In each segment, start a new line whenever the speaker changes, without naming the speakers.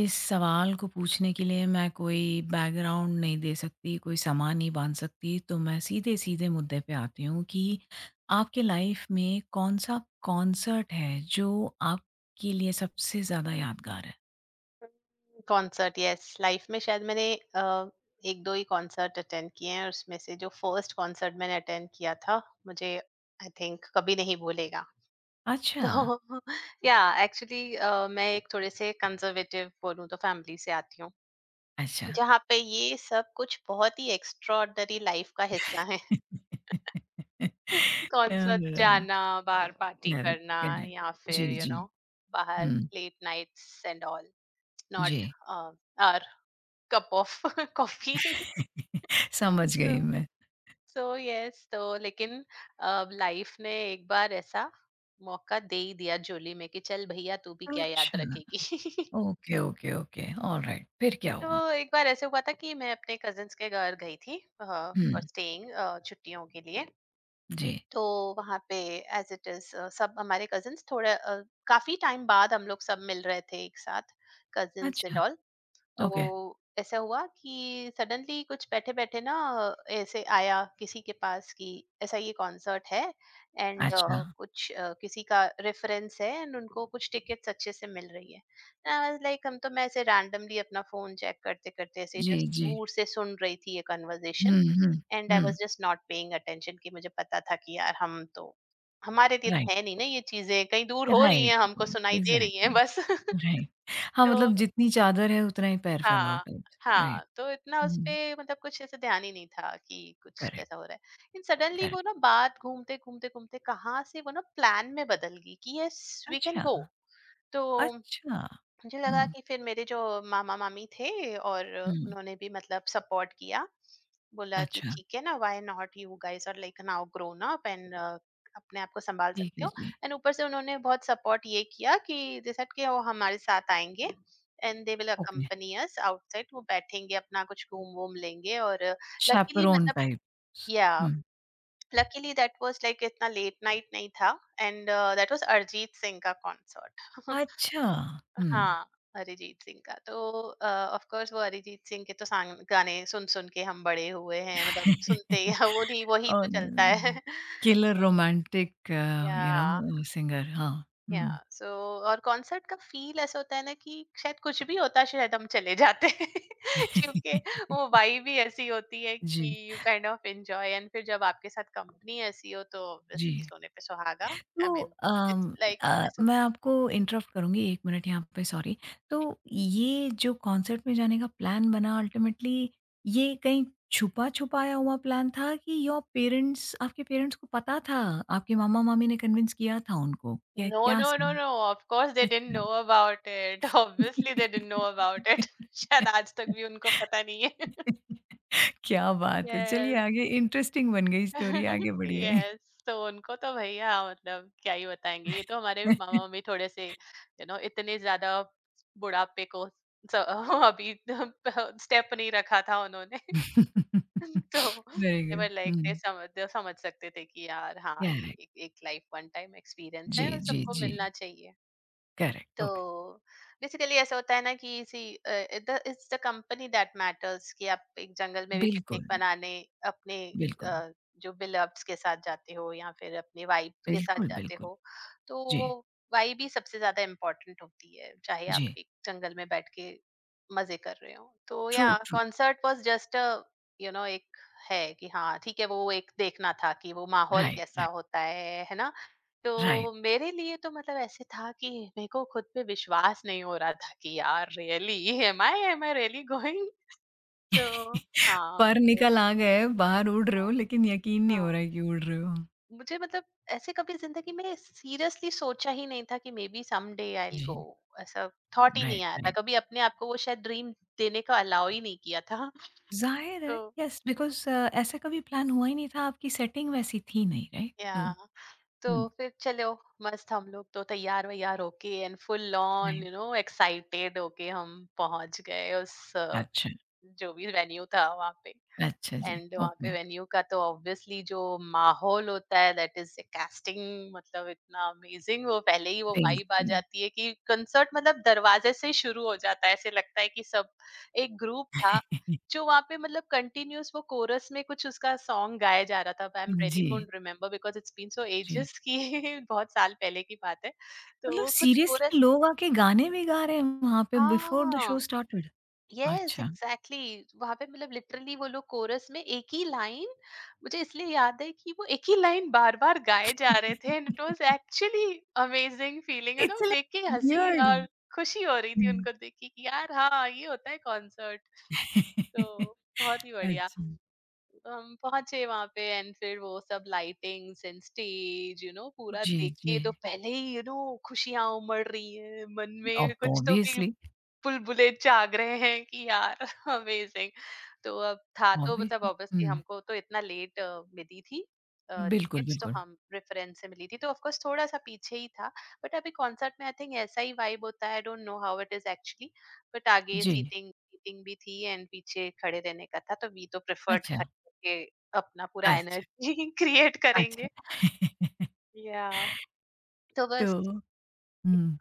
इस सवाल को पूछने के लिए मैं कोई बैकग्राउंड नहीं दे सकती, कोई सामान नहीं बाँध सकती, तो मैं सीधे-सीधे मुद्दे पे आती हूँ कि आपके लाइफ़ में कौन-सा कॉन्सर्ट है जो आपके लिए सबसे ज़्यादा यादगार है?
Concert, yes. लाइफ में शायद मैंने एक दो ही कॉन्सर्ट अटेंड किए हैं, और उसमें से जो फर्स्ट कॉन्सर्ट मैंने अटेंड किया था, मुझे आई थिंक कभी नहीं भूलेगा। तो
अच्छा,
या एक्चुअली, मैं एक थोड़े से कंजर्वेटिव बोलूँ तो फैमिली से आती हूँ
अच्छा।
जहाँ पे ये सब कुछ बहुत ही एक्स्ट्रॉर्डनरी लाइफ का हिस्सा है। कॉन्सर्ट
ऑलराइट,
जाना, बाहर पार्टी
करेक्ट,
करना,
करेक्ट।
या फिर
जी,
यू you
जी।
नो know, बाहर
हुँ,
लेट नाइट्स एंड ऑल,
जी।
Not cup of coffee.
समझ
तो
गई मैं।
सो यस, तो लेकिन लाइफ ने एक बार ऐसा मौका दे ही दिया जोली में कि चल भैया तू भी क्या याद
अच्छा,
रखेगी।
ओके, ओके, ओके, ऑलराइट फिर क्या
तो
हुआ?
एक बार ऐसे हुआ था कि मैं अपने कजिन्स के घर गई थी
हुँ,
फॉर स्टेइंग, छुट्टियों के लिए।
जी,
तो वहाँ पे, एज इट इज, सब हमारे कजिन्स थोड़ा काफी टाइम बाद हम लोग सब मिल रहे थे एक साथ, कजिन्स एंड
अच्छा।
ऑल। तो
ओके,
ऐसा हुआ कि सडनली कुछ बैठे-बैठे ना ऐसे आया किसी के पास कि ऐसा ये कॉन्सर्ट है, एंड
अच्छा।
कुछ किसी का रेफरेंस है एंड उनको कुछ टिकट्स अच्छे से मिल रही है। लाइक हम तो, मैं ऐसे रैंडमली अपना फ़ोन चेक करते-करते ऐसे
जी,
जस्ट
जी।
दूर से सुन रही थी ये conversation,
hmm, hmm,
and I
hmm.
Was just not paying attention कि मुझे पता था कि यार हम तो, हमारे लिए
राइट,
तो है नहीं ना ये चीज़ें, कहीं दूर हो रही
राइट,
हैं, हमको सुनाई दे रही
एग्ज़ैक्टली,
हैं बस।
राइट। हाँ,
तो
मतलब जितनी चादर है उतना ही पैर फैलाओ
हाँ,
टाइप्स, राइट।
हाँ, तो इतना
हुँ,
उसपे मतलब कुछ ऐसे ध्यान ही नहीं था कि कुछ
करेक्ट,
ऐसा हो रहा है। लेकिन सडनली वो
करेक्ट।
ना बात घूमते-घूमते-घूमते कहाँ से वो ना प्लान में बदल गई कि, "येस, वी कैन
अच्छा,
गो।" तो
अच्छा।
मुझे लगा
हुँ,
कि फिर मेरे जो मामा-मामी थे, और
हुँ,
उन्होंने भी मतलब सपोर्ट किया। बोला कि
अच्छा,
ठीक है ना, why not, you guys are like now grown up and अपने आप को सँभाल
ठीक
सकते
है
हो,
जी।
एंड ऊपर से उन्होंने बहुत सपोर्ट ये किया कि दे सेड कि वो हमारे साथ आएँगे, and they will
okay,
accompany us outside. वो बैठेंगे, अपना कुछ घूम-वूम लेंगे। और लकीली
chaperone
मतलब,
types.
Yeah
hmm,
luckily that was like इतना लेट नाइट नहीं था, and that was Arijit Singh का कॉन्सर्ट।
अच्छा, हुँ।
हाँ, अरिजीत सिंह का। तो अ, ऑफ़ कोर्स वो अरिजीत सिंह के तो सांग गाने सुन-सुन के हम बड़े हुए हैं, मतलब सुनते या वो नहीं वही
और
तो चलता है।
द किलर
तो
romantic you
yeah
know singer हाँ,
या
हुँ।
सो, और कॉन्सर्ट का फ़ील ऐसा होता है ना कि शायद कुछ भी होता, शायद हम चले जाते हैं, क्योंकि वो वाइब ही ऐसी होती है
जी,
कि you kind of enjoy, and फिर जब आपके साथ कंपनी ऐसी हो तो
जी।
ऑब्वियसली सोने पे सुहागा। आई
तो
मीन, इट्स लाइक इट्स
मैं आपको इंटरप्ट करूँगी 1 मिनट यहाँ पे सॉरी। तो ये जो कॉन्सर्ट में जाने का प्लान बना अल्टीमेटली ये कहीं छुपा-छुपाया हुआ प्लान था कि योर पेरेंट्स आपके पेरेंट्स को पता था? आपके
अ
मामा-मामी ने कन्विंस किया था उनको? क्या
No,
क्या
no, no,
scene?
no. Of course they didn't
अच्छा।
know about it. Obviously they didn't know about it. शायद आज तक भी उनको पता नहीं है।
क्या बात है! चलिए
यस
आगे इंटरेस्टिंग बन गई स्टोरी आगे बढ़िए।
यस। तो उनको तो भैया मतलब क्या ही बताएँगे। ये तो हमारे मामा-मम्मी थोड़े से, यू नो, इतने ज़्यादा बुढ़ापे को स अभी स्टेप नहीं रखा था उन्होंने। तो
very
they
good.
Were like
hmm,
they समझ सकते थे कि यार हाँ, ये
करेक्ट।
एक एक लाइफ वन टाइम एक्सपीरियंस
जी,
है और
जी,
सबको
जी।
मिलना चाहिए।
करेक्ट,
तो
ओके।
बेसिकली ऐसा होता है ना कि इसी it's the company that matters कि आप एक जंगल में भी पिकनिक
बिल्कुल,
मनाने अपने
बिल्कुल,
अ, जो बिलव्ड्स के साथ जाते हो या फिर अपने वाइब के साथ
बिल्कुल,
जाते
बिल्कुल।
हो। तो
जी,
वो वाइब ही सबसे ज्यादा इम्पोर्टेंट होती है, चाहे आप
जी।
एक जंगल में बैठ के मजे कर रहे हो, तो yeah
true, true.
Concert was just a, you know, एक है कि हाँ ठीक है वो एक देखना था कि वो माहौल
राइट,
कैसा
राइट,
होता है ना। तो
राइट।
मेरे लिए तो मतलब ऐसे था कि मेरे को खुद पे विश्वास नहीं हो रहा था कि यार really am I really going. तो हाँ
पर
तो,
निकल आ गए, बाहर उड़ रहे हो
हाँ,
लेकिन यकीन नहीं हो
हाँ,
रहा है कि उड़ रहे हो।
मुझे मतलब ऐसे कभी जिंदगी में सीरियसली सोचा ही नहीं था कि maybe someday I will go,
जी,
ऐसा थॉट ही नहीं
राइट,
आया था,
राइट।
कभी अपने आप को वो शायद ड्रीम देने का अलाउ ही नहीं किया था।
ज़ाहिर है,
तो
येस बिकॉज़ ऐसा कभी प्लान हुआ ही नहीं था, आपकी सेटिंग वैसी थी नहीं, राइट? तो
या तो
हुँ,
फिर चलो मस्त, हम लोग तो तैयार वैयार होके and full on
right.
You know excited होके हम पहुंच गए उस
अच्छा,
जो भी वेन्यू था वहां पे,
अच्छा जी,
एंड वहाँ पे
ओके।
वेन्यू का तो ऑब्वियसली जो माहौल होता है दैट इज कास्टिंग, मतलब इतना अमेजिंग, वो पहले ही वो वाइब आ
बिल्कुल।
जाती है कि कंसर्ट मतलब दरवाजे से शुरू हो जाता है, ऐसे लगता है कि सब एक ग्रुप था जो वहाँ पे मतलब कंटिन्यूस वो कोरस में कुछ उसका सॉन्ग गाया जा रहा था। आई एम रियली
जी,
don't remember because it's been so
जी।
एजेस की बहुत साल पहले की बात है। तो
मतलब
वो कुछ
सीरियसली
कोरस,
लोग आके गाने भी गा रहे हैं वहाँ पे बिफोर द शो
हाँ,
स्टार्टेड?
यस
अच्छा।
एग्जैक्टली, वहां पे मतलब लिटरली वो लोग कोरस में एक ही लाइन, मुझे इसलिए याद है कि वो एक ही लाइन बार बार गाए जा रहे थे, and it was actually amazing feeling है ना,
इट्स
देख के
लाइक
हंसी
वियर्ड
और खुशी हो रही थी
हुँ।
उनको देख के कि यार हाँ, ये होता है कॉन्सर्ट। तो बहुत ही बढ़िया।
अच्छा।
हम पहुंचे वहां पे एंड फिर वो सब lightings and stage you know पूरा
जी,
देख
जी।
के, तो पहले ही यू नो खुशियां उमड़ रही है मन
ऑब
में कुछ तो भी,
ऑब्वियसली,
बुलबुले जाग रहे हैं कि यार अमेजिंग। तो अब था तो मतलब
ऑब्वियसली।
ऑब्वियसली
हुँ,
हमको तो इतना लेट मिली थी
बिल्कुल,
टिकट्स, तो
बिल्कुल।
हम रेफरेंस से मिली थी तो ऑफ कोर्स थोड़ा सा पीछे ही था। बट अभी कॉन्सर्ट में आई थिंक ऐसा ही वाइब होता है, I don't know how it is actually, but आगे
जी।
सीटिंग सीटिंग भी थी एंड पीछे खड़े रहने का था, तो वी तो प्रेफर्ड
अच्छा,
खड़े होके अपना पूरा
अच्छा,
एनर्जी क्रिएट
अच्छा।
करेंगे। या, तो
तो
बस,
हुँ,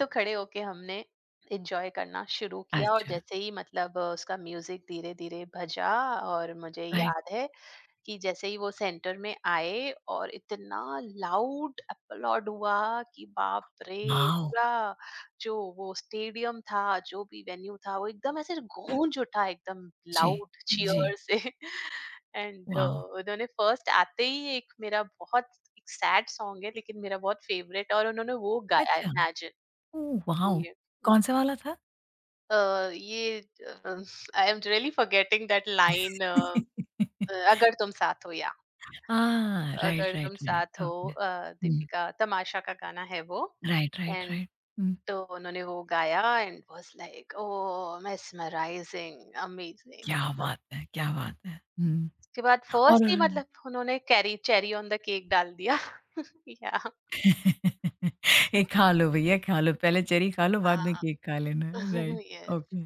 तो खड़े होके हमने एंजॉय करना शुरू किया, और
अच्छा,
जैसे ही मतलब उसका म्यूजिक धीरे धीरे भजा, और मुझे
राइट।
याद है कि जैसे ही वो सेंटर में आए और इतना लाउड अपलॉड हुआ कि बाप रे,
वॉव!
पूरा जो वो स्टेडियम था जो भी वेन्यू था वो एकदम ऐसे गूंज उठा, एकदम
जी,
लाउड
जी,
चीयर से। And
wow!
उन्होंने फर्स्ट आते ही एक मेरा बहुत, एक सैड सॉन्ग है लेकिन मेरा बहुत फेवरेट, और उन्होंने वो गाया,
अच्छा,
इमेजिन।
ओह, वॉव!
Yeah.
कौन-सा वाला था?
ये I am really forgetting that line. अगर तुम साथ हो, या
हाँ, राइट,
अगर तुम
राइट, राइट,
साथ हो,
ओके। हुँ,
दीपिका तमाशा का गाना है वो।
Right, right,
and
right. Hmm.
तो उन्होंने वो गाया, and was like oh mesmerizing amazing
क्या
मतलब।
बात है! क्या बात है! हुँ।
उसके बाद
और
फर्स्ट ही मतलब उन्होंने carry, cherry on the cake डाल दिया। या,
ये खा लो भैया खा लो, पहले चेरी खा लो, बाद में
हाँ।
केक खा लेना। Right,
yes,
okay.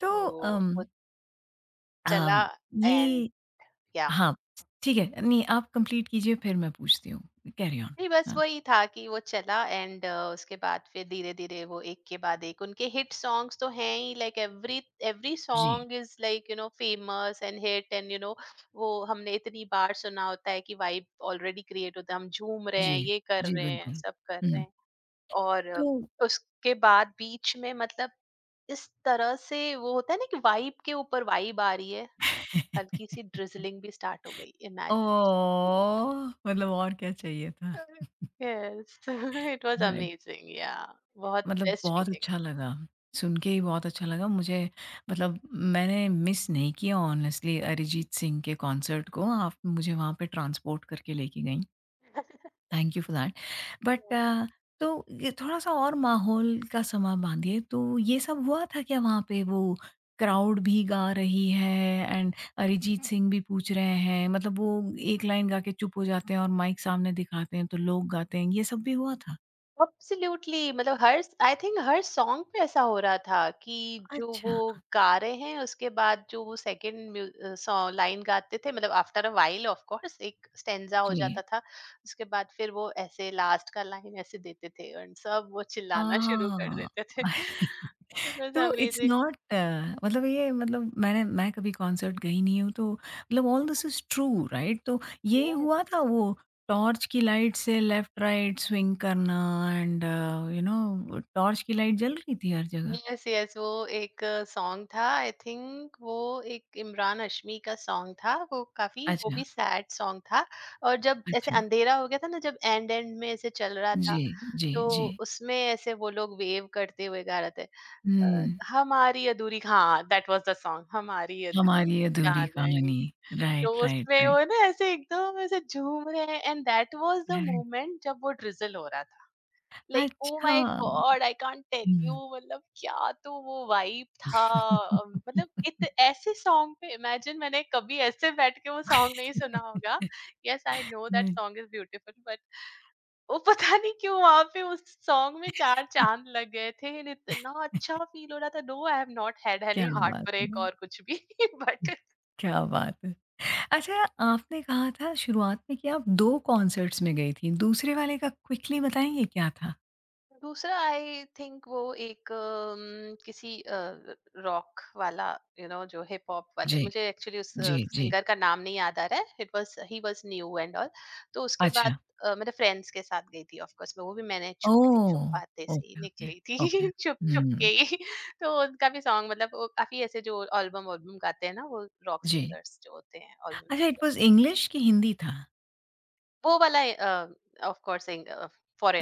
तो
तो
अम
वो चला
अम,
एंड
ये हाँ, ठीक है। नहीं, आप कंप्लीट कीजिए फिर मैं पूछती हूँ। Carry on.
नहीं, बस
हाँ,
वही था कि वो चला, एंड उसके बाद फिर धीरे-धीरे वो एक के बाद एक उनके हिट सॉन्ग्स तो हैं ही, लाइक एवरी एवरी
जी,
song is like you know famous and hit, and you know वो हमने इतनी बार सुना होता है कि वाइब ऑलरेडी क्रिएट होता है, हम झूम रहे
जी,
हैं, ये कर
जी,
रहे हैं,
बिल्कुल।
सब कर रहे
हुँ।
हैं। और
तो
उसके बाद बीच में मतलब, इस तरह से वो होता है ना कि वाइब के ऊपर वाइब आ रही है, हल्की सी ड्रिजलिंग भी स्टार्ट हो गई।
ओह! मतलब और क्या चाहिए था?
Yes. It was
right.
amazing, yeah, बहुत
मतलब
बेस्ट
बहुत
फीलिंग।
अच्छा लगा, सुन के ही बहुत अच्छा लगा मुझे मतलब मैंने मिस नहीं किया हॉनेस्टली अरिजीत सिंह के कॉन्सर्ट को, आप मुझे वहाँ पे ट्रांसपोर्ट करके लेके गईं,
yes,
thank you for that. But तो ये थोड़ा-सा और माहौल का समा बाँधिए, तो ये सब हुआ था क्या वहाँ पे वो क्राउड भी गा रही है एंड अरिजीत सिंह भी पूछ रहे हैं, मतलब वो एक लाइन गा के चुप हो जाते हैं और माइक सामने दिखाते हैं, तो लोग गाते हैं, ये सब भी हुआ था?
एब्सोल्युटली, मतलब हर, आई थिंक हर सॉन्ग पे ऐसा हो रहा था कि जो वो
अच्छा,
गा रहे हैं उसके बाद जो वो सेकंड म्यू सॉ लाइन गाते थे, मतलब after a while of course, एक स्टैन्ज़ा हो
जी।
जाता था। उसके बाद फिर वो ऐसे लास्ट का लाइन ऐसे देते थे एंड सब वो चिल्लाना शुरू कर
आह!
देते थे। इट वाज़
तो इट्स
अमेजिंग।
नॉट मतलब ये मतलब मैं कभी कॉन्सर्ट गई नहीं हूँ तो मतलब all this is true right? तो ये हुआ
यस।
था वो टॉर्च की लाइट से लेफ्ट राइट स्विंग करना एंड यू नो टॉर्च की लाइट जल रही थी हर जगह।
यस, यस, वो एक सॉन्ग था आई थिंक, वो एक इमरान हाशमी का सॉन्ग था, वो काफी वो
अच्छा,
भी सैड सॉन्ग था, और जब ऐसे
अच्छा।
अंधेरा हो गया था ना जब एंड एंड में ऐसे चल रहा
जी,
था,
जी,
तो
जी।
उसमें ऐसे वो लोग वेव करते हुए गा रहे थे
हुँ,
हमारी अधूरी, हाँ दैट वाज द सॉन्ग, हमारी अधूरी
हमारी अधूरी
कहानी।
कहानी।
तो
राइट, राइट,
उसमें
राइट,
वो ना ऐसे एकदम ऐसे झूम रहे हैं, and that was the
right.
Moment जब वो ड्रिजल हो रहा था, लाइक ओ
अच्छा।
My god I can't tell you,
hmm.
मतलब क्या तो वो वाइब था। मतलब इत ऐसे सॉन्ग पे इमेजिन मैंने कभी ऐसे बैठ के वो सॉन्ग नहीं सुना होगा, yes I know that
right.
Song is beautiful but वो पता नहीं क्यों वहां पे उस सॉन्ग में चार चांद लग गए थे, and इतना अच्छा फील हो रहा था, no I have not had
क्या
एनी हार्ट
बात
ब्रेक
है!
और कुछ भी। बट
क्या बात है! अच्छा आपने कहा था शुरुआत में कि आप 2 कॉन्सर्ट्स में गई थीं, दूसरे वाले का क्विकली बताएँगे क्या था?
दूसरा आई थिंक वो एक किसी रॉक वाला यू you नो know, जो हिप हॉप वाले,
जी,
मुझे एक्चुअली उस
जी, जी।
सिंगर का नाम नहीं याद आ रहा है, it was, he was new and all. तो उसके बाद
अच्छा।
मेरे फ्रेंड्स के साथ गई थी, ऑफ कोर्स मैं वो भी मैंने
ओह!
छुपाते से ही
ओके, ओके,
निकली थी,
ओके।
छुप छुप के
हुँ,
ही। तो उनका भी सॉन्ग मतलब वो काफी ऐसे जो एल्बम एल्बम गाते हैं ना, वो रॉक
जी।
सिंगर्स जो होते हैं, एल्बम
अच्छा इट वाज़ इंग्लिश कि हिंदी था?
वो वाला। ऑफ कोर्स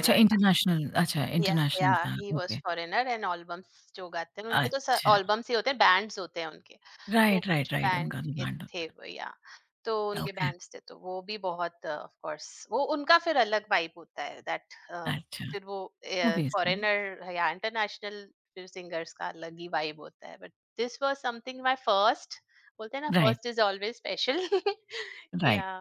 अच्छा
या या
इंटरनेशनल था,
he was
okay.
Foreigner and albums जो गाते हैं उनके, तो स
अच्छा।
एल्बम्स ही होते हैं, बैंड्स होते हैं उनके। तो
राइट,
कुछ
राइट, राइट
बैंड
उनका जो
के
बैंड
थे
होता
वो, या तो
है।
उनके
ओके,
बैंड्स थे, तो वो भी बहुत ऑफ कोर्स, वो उनका फिर अलग वाइब होता है।
अच्छा।
फिर वो
ऑब्वियसली,
फॉरेनर या इंटरनेशनल। फिर सिंगर्स का अलग ही वाइब होता है। But this was something my first, बोलते हैं ना,
right,
first is always special.
Right.
Yeah,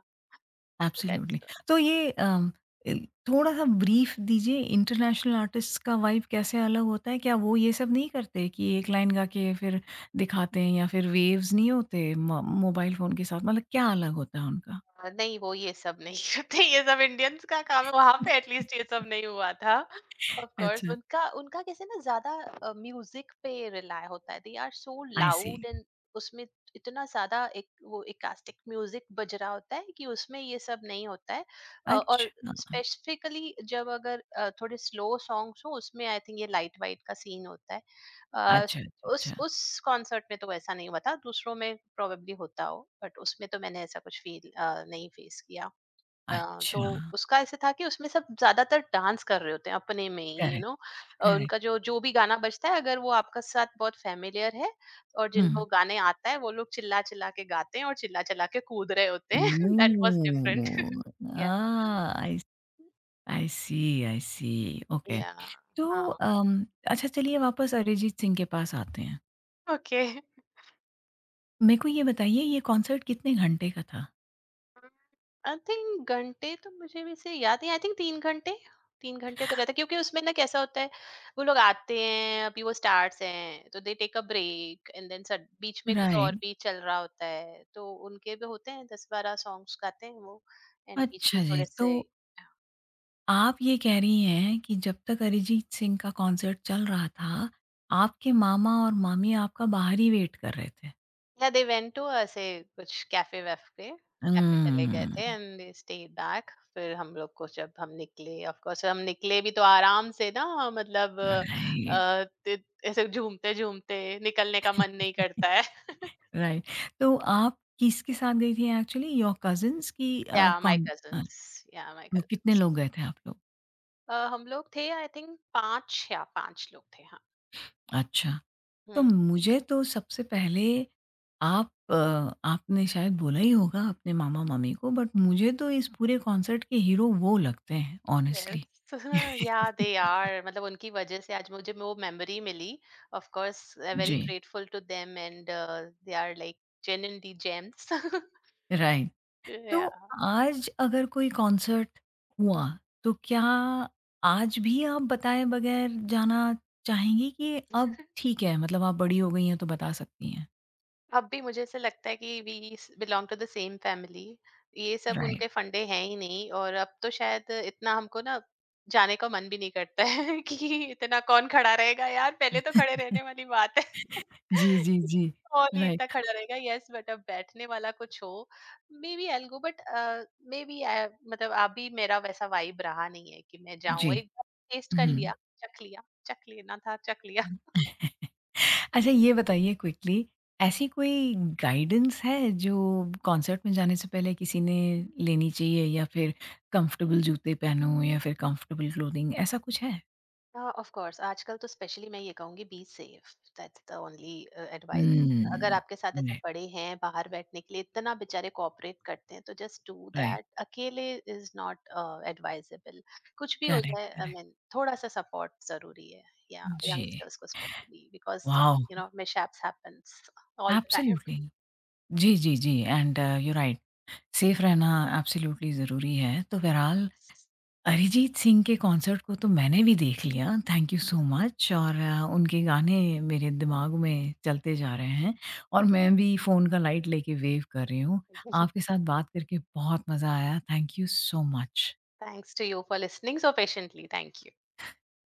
so
absolutely.
That's
तो ये अम, इल थोड़ा-सा ब्रीफ दीजिए इंटरनेशनल आर्टिस्ट्स का वाइब कैसे अलग होता है? क्या वो ये सब नहीं करते कि एक लाइन गा के फिर दिखाते हैं या फिर वेव्स नहीं होते म मोबाइल फ़ोन के साथ? मतलब क्या अलग होता है उनका?
नहीं, वो ये सब नहीं करते, ये सब इंडियंस का काम है, वहाँ पे एटलीस्ट ये सब नहीं हुआ था। ऑफ कोर्स
अच्छा।
उनका उनका कैसे ना ज़्यादा म्यूज़िक पे रिलाय होता है। They are so
I see.
Loud, and उसमें इतना ज़्यादा एक वो इकास्टिक म्यूज़िक बज रहा होता है कि उसमें ये सब नहीं होता है। और
अच्छा,
स्पेसिफिकली जब, अगर थोड़े स्लो सॉन्ग्स हो, उसमें आई थिंक ये लाइट वाइट का सीन होता है। अ,
अच्छा, अच्छा,
उस
अच्छा,
उस कॉन्सर्ट में तो ऐसा नहीं हुआ था, दूसरों में प्रोबेबली होता हो, बट उसमें तो मैंने ऐसा कुछ नहीं फ़ेस किया। तो
अच्छा।
उसका ऐसे था कि उसमें सब ज़्यादातर डांस कर रहे होते हैं अपने में ही, यू
करेक्ट,
नो।
करेक्ट।
उनका जो जो भी गाना बजता है, अगर वो आपका साथ बहुत फ़ैमिलियर है और
हुँ।
जिनको गाने आता है, वो लोग चिल्ला-चिल्ला के गाते हैं और चिल्ला-चिल्ला के कूद रहे होते हैं that was different.
Oh! Ah
yeah.
I I see, I see. Okay.
Yeah,
तो
हाँ।
अम, अच्छा चलिए वापस अरिजीत सिंह के पास आते हैं।
ओके।
मेरे को ये बताइए ये कॉन्सर्ट कितने घंटे का था?
आई थिंक घंटे तो मुझे वैसे याद नहीं। आई थिंक तीन घंटे, तीन घंटे तो रहता है, क्योंकि उसमें ना कैसा होता है, वो लोग आते हैं, अभी वो स्टार्स हैं, तो they take a break, and then सड बीच में कुछ
राइट,
और भी चल रहा होता है, तो उनके भी होते हैं, दस बारह सॉन्ग्स गाते हैं वो, एंड बीच में
अच्छा जी।
थोड़े
तो
से।
आप ये कह रही हैं कि जब तक अरिजीत सिंह का कॉन्सर्ट चल रहा था, आपके मामा और मामी आपका बाहर ही वेट कर रहे थे।
Yeah, they went to ऐसे कुछ कैफे वैफे, कैफे चले गए थे,
hmm,
and they stayed back. फिर हम लोग को जब हम निकले, ऑफ कोर्स हम निकले भी तो आराम से ना, मतलब
राइट।
अ, ते- ऐसे झूमते झूमते निकलने का मन नहीं करता है
राइट, तो आप किसके साथ गई थी एक्चुअली योर कज़िन्स की
या माय
कौन
कजिन्स या माय
कितने
कजिन्स
लोग गए थे आप लोग?
हम लोग थे, आई थिंक पांच, या पांच लोग थे, हाँ।
अच्छा। तो मुझे तो सबसे पहले आप अ, आपने शायद बोला ही होगा अपने मामा-मम्मी को बट मुझे तो इस पूरे कॉन्सर्ट के हीरो वो लगते हैं
Yes,
honestly.
yeah, they are. I mean, because of them, today I got that memory. Of course, I'm very
जी,
grateful to them, and they are like genuinely gems.
Right. तो
Yeah.
आज अगर कोई concert हुआ, तो क्या आज भी आप बताए बगैर जाना चाहेंगी कि अब ठीक है मतलब आप बड़ी हो गई हैं तो बता सकती हैं?
अब भी मुझे ऐसा लगता है कि we belong to the same family, ये सब
राइट।
उनके फंडे हैं ही नहीं, और अब तो शायद इतना हमको ना जाने का मन भी नहीं करता है कि इतना कौन खड़ा रहेगा यार। पहले तो खड़े रहने वाली बात है
जी, जी,
कि
जी।
कौन ही इतना
राइट।
खड़ा रहेगा, यस। बट अब बैठने वाला कुछ हो, maybe I go, but maybe, मतलब अभी मेरा वैसा वाइब रहा नहीं है कि मैं जाऊं
जी।
एक बार। टेस्ट कर
हुँ।
लिया, चख लिया, चख लेना था, चख लिया।
अच्छा ये बताइए क्विकली ऐसी कोई गाइडेंस है जो कॉन्सर्ट में जाने से पहले किसी ने लेनी चाहिए या फिर कंफर्टेबल जूते पहनो या फिर कंफर्टेबल क्लोथिंग ऐसा कुछ है?
ऑफ कोर्स आजकल तो स्पेशली मैं ये कहूंगी, be safe. That's the only advice. अगर
हुँ,
आपके साथ ऐसे
राइट,
बड़े हैं, बाहर बैठने के लिए इतना बेचारे कोऑपरेट करते हैं, तो जस्ट डू
राइट,
दैट। अकेले इज नॉट एडवाइजेबल, कुछ भी हो
करेक्ट,
जाए। आई
करेक्ट।
मीन थोड़ा सा सपोर्ट जरूरी है, या
जी,
यंगस्टर्स को specially, because
wow!
You know mishaps happens all the time.
Absolutely. जी, जी, जी and you are right safe रहना एब्सोल्युटली ज़रूरी है। तो बहरहाल अरिजीत सिंह के कॉन्सर्ट को तो मैंने भी देख लिया, थैंक यू सो मच और उनके गाने मेरे दिमाग में चलते जा रहे हैं और मैं भी फ़ोन का लाइट लेके वेव कर रही हूँ। आपके साथ बात करके बहुत मज़ा आया, thank you so much.
Thanks to you for listening so patiently, thank you.